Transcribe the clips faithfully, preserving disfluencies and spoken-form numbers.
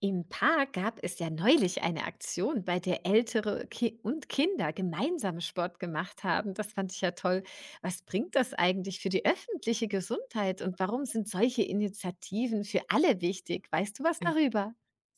Im Park gab es ja neulich eine Aktion, bei der Ältere Ki und Kinder gemeinsam Sport gemacht haben. Das fand ich ja toll. Was bringt das eigentlich für die öffentliche Gesundheit und warum sind solche Initiativen für alle wichtig? Weißt du was Äh, darüber?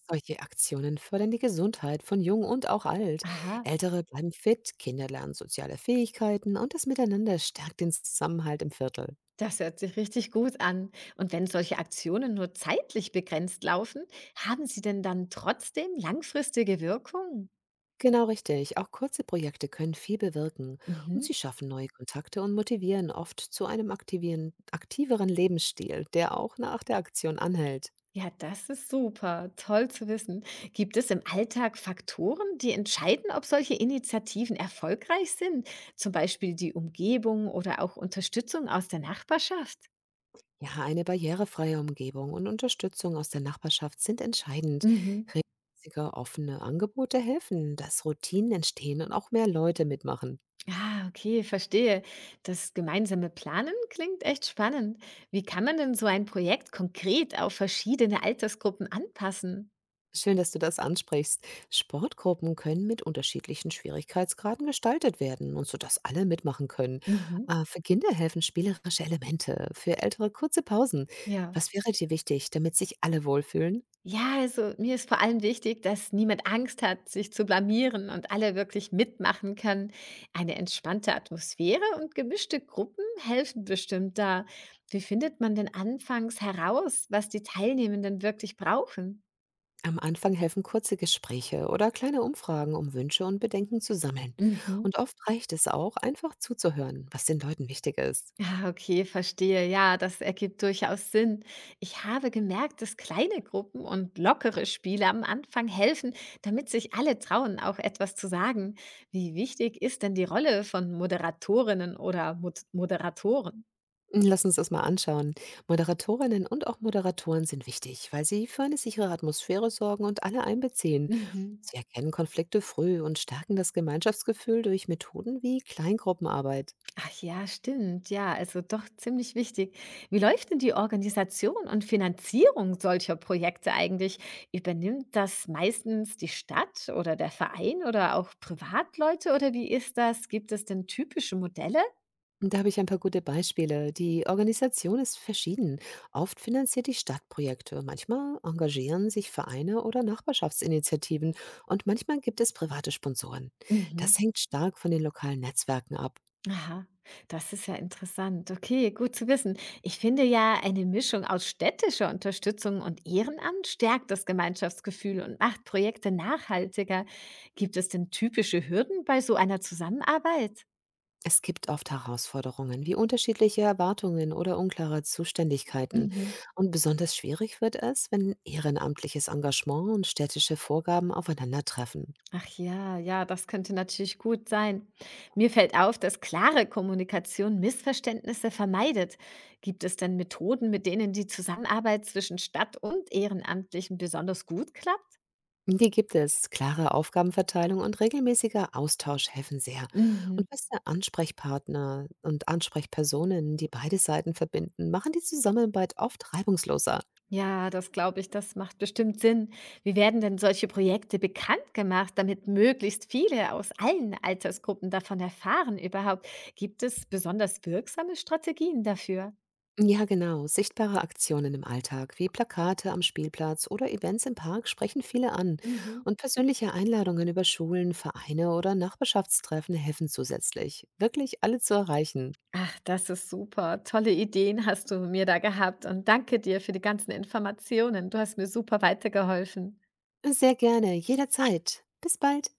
solche Aktionen fördern die Gesundheit von jung und auch alt. Aha, Ältere bleiben fit, Kinder lernen soziale Fähigkeiten und das Miteinander stärkt den Zusammenhalt im Viertel. das hört sich richtig gut an. Und wenn solche Aktionen nur zeitlich begrenzt laufen, haben sie denn dann trotzdem langfristige Wirkung? Genau richtig. Auch kurze Projekte können viel bewirken und Mhm. sie schaffen neue Kontakte und motivieren oft zu einem aktivieren, aktiveren Lebensstil, der auch nach der Aktion anhält. Ja, das ist super. Toll zu wissen. Gibt es im Alltag Faktoren, die entscheiden, ob solche Initiativen erfolgreich sind? Zum Beispiel die Umgebung oder auch Unterstützung aus der Nachbarschaft? Ja, eine barrierefreie Umgebung und Unterstützung aus der Nachbarschaft sind entscheidend. Mhm. Regelmäßige offene Angebote helfen, dass Routinen entstehen und auch mehr Leute mitmachen. Ah, okay, verstehe. Das gemeinsame Planen klingt echt spannend. Wie kann man denn so ein Projekt konkret auf verschiedene Altersgruppen anpassen? Schön, dass du das ansprichst. Sportgruppen können mit unterschiedlichen Schwierigkeitsgraden gestaltet werden und so, dass alle mitmachen können. Mhm. Äh, für Kinder helfen spielerische Elemente, für Ältere kurze Pausen. Ja. Was wäre dir wichtig, damit sich alle wohlfühlen? Ja, also mir ist vor allem wichtig, dass niemand Angst hat, sich zu blamieren und alle wirklich mitmachen können. Eine entspannte Atmosphäre und gemischte Gruppen helfen bestimmt da. Wie findet man denn anfangs heraus, was die Teilnehmenden wirklich brauchen? Am Anfang helfen kurze Gespräche oder kleine Umfragen, um Wünsche und Bedenken zu sammeln. Mhm. Und oft reicht es auch, einfach zuzuhören, was den Leuten wichtig ist. Ah, okay, verstehe. Ja, das ergibt durchaus Sinn. Ich habe gemerkt, dass kleine Gruppen und lockere Spiele am Anfang helfen, damit sich alle trauen, auch etwas zu sagen. Wie wichtig ist denn die Rolle von Moderatorinnen oder Mod Moderatoren? Lass uns das mal anschauen. Moderatorinnen und auch Moderatoren sind wichtig, weil sie für eine sichere Atmosphäre sorgen und alle einbeziehen. Mhm. Sie erkennen Konflikte früh und stärken das Gemeinschaftsgefühl durch Methoden wie Kleingruppenarbeit. Ach ja, stimmt. Ja, also doch ziemlich wichtig. Wie läuft denn die Organisation und Finanzierung solcher Projekte eigentlich? Übernimmt das meistens die Stadt oder der Verein oder auch Privatleute oder wie ist das? Gibt es denn typische Modelle? Und Da habe ich ein paar gute Beispiele. Die Organisation ist verschieden. Oft finanziert die Stadt Projekte, manchmal engagieren sich Vereine oder Nachbarschaftsinitiativen und manchmal gibt es private Sponsoren. Das Mhm. hängt stark von den lokalen Netzwerken ab. Aha, das ist ja interessant. Okay, gut zu wissen. Ich finde ja, eine Mischung aus städtischer Unterstützung und Ehrenamt stärkt das Gemeinschaftsgefühl und macht Projekte nachhaltiger. Gibt es denn typische Hürden bei so einer Zusammenarbeit? Es gibt oft Herausforderungen wie unterschiedliche Erwartungen oder unklare Zuständigkeiten. Mhm. Und besonders schwierig wird es, wenn ehrenamtliches Engagement und städtische Vorgaben aufeinandertreffen. Ach ja, ja, das könnte natürlich gut sein. Mir fällt auf, dass klare Kommunikation Missverständnisse vermeidet. Gibt es denn Methoden, mit denen die Zusammenarbeit zwischen Stadt und Ehrenamtlichen besonders gut klappt? Die gibt es. Klare Aufgabenverteilung und regelmäßiger Austausch helfen sehr. Mhm. Und feste Ansprechpartner und Ansprechpersonen, die beide Seiten verbinden, machen die Zusammenarbeit oft reibungsloser. Ja, das glaube ich, das macht bestimmt Sinn. Wie werden denn solche Projekte bekannt gemacht, damit möglichst viele aus allen Altersgruppen davon erfahren überhaupt? Gibt es besonders wirksame Strategien dafür? Ja, genau. Sichtbare Aktionen im Alltag, wie Plakate am Spielplatz oder Events im Park, sprechen viele an. Mhm. Und persönliche Einladungen über Schulen, Vereine oder Nachbarschaftstreffen helfen zusätzlich, wirklich alle zu erreichen. Ach, das ist super. Tolle Ideen hast du mir da gehabt und danke dir für die ganzen Informationen. Du hast mir super weitergeholfen. Sehr gerne, jederzeit. Bis bald.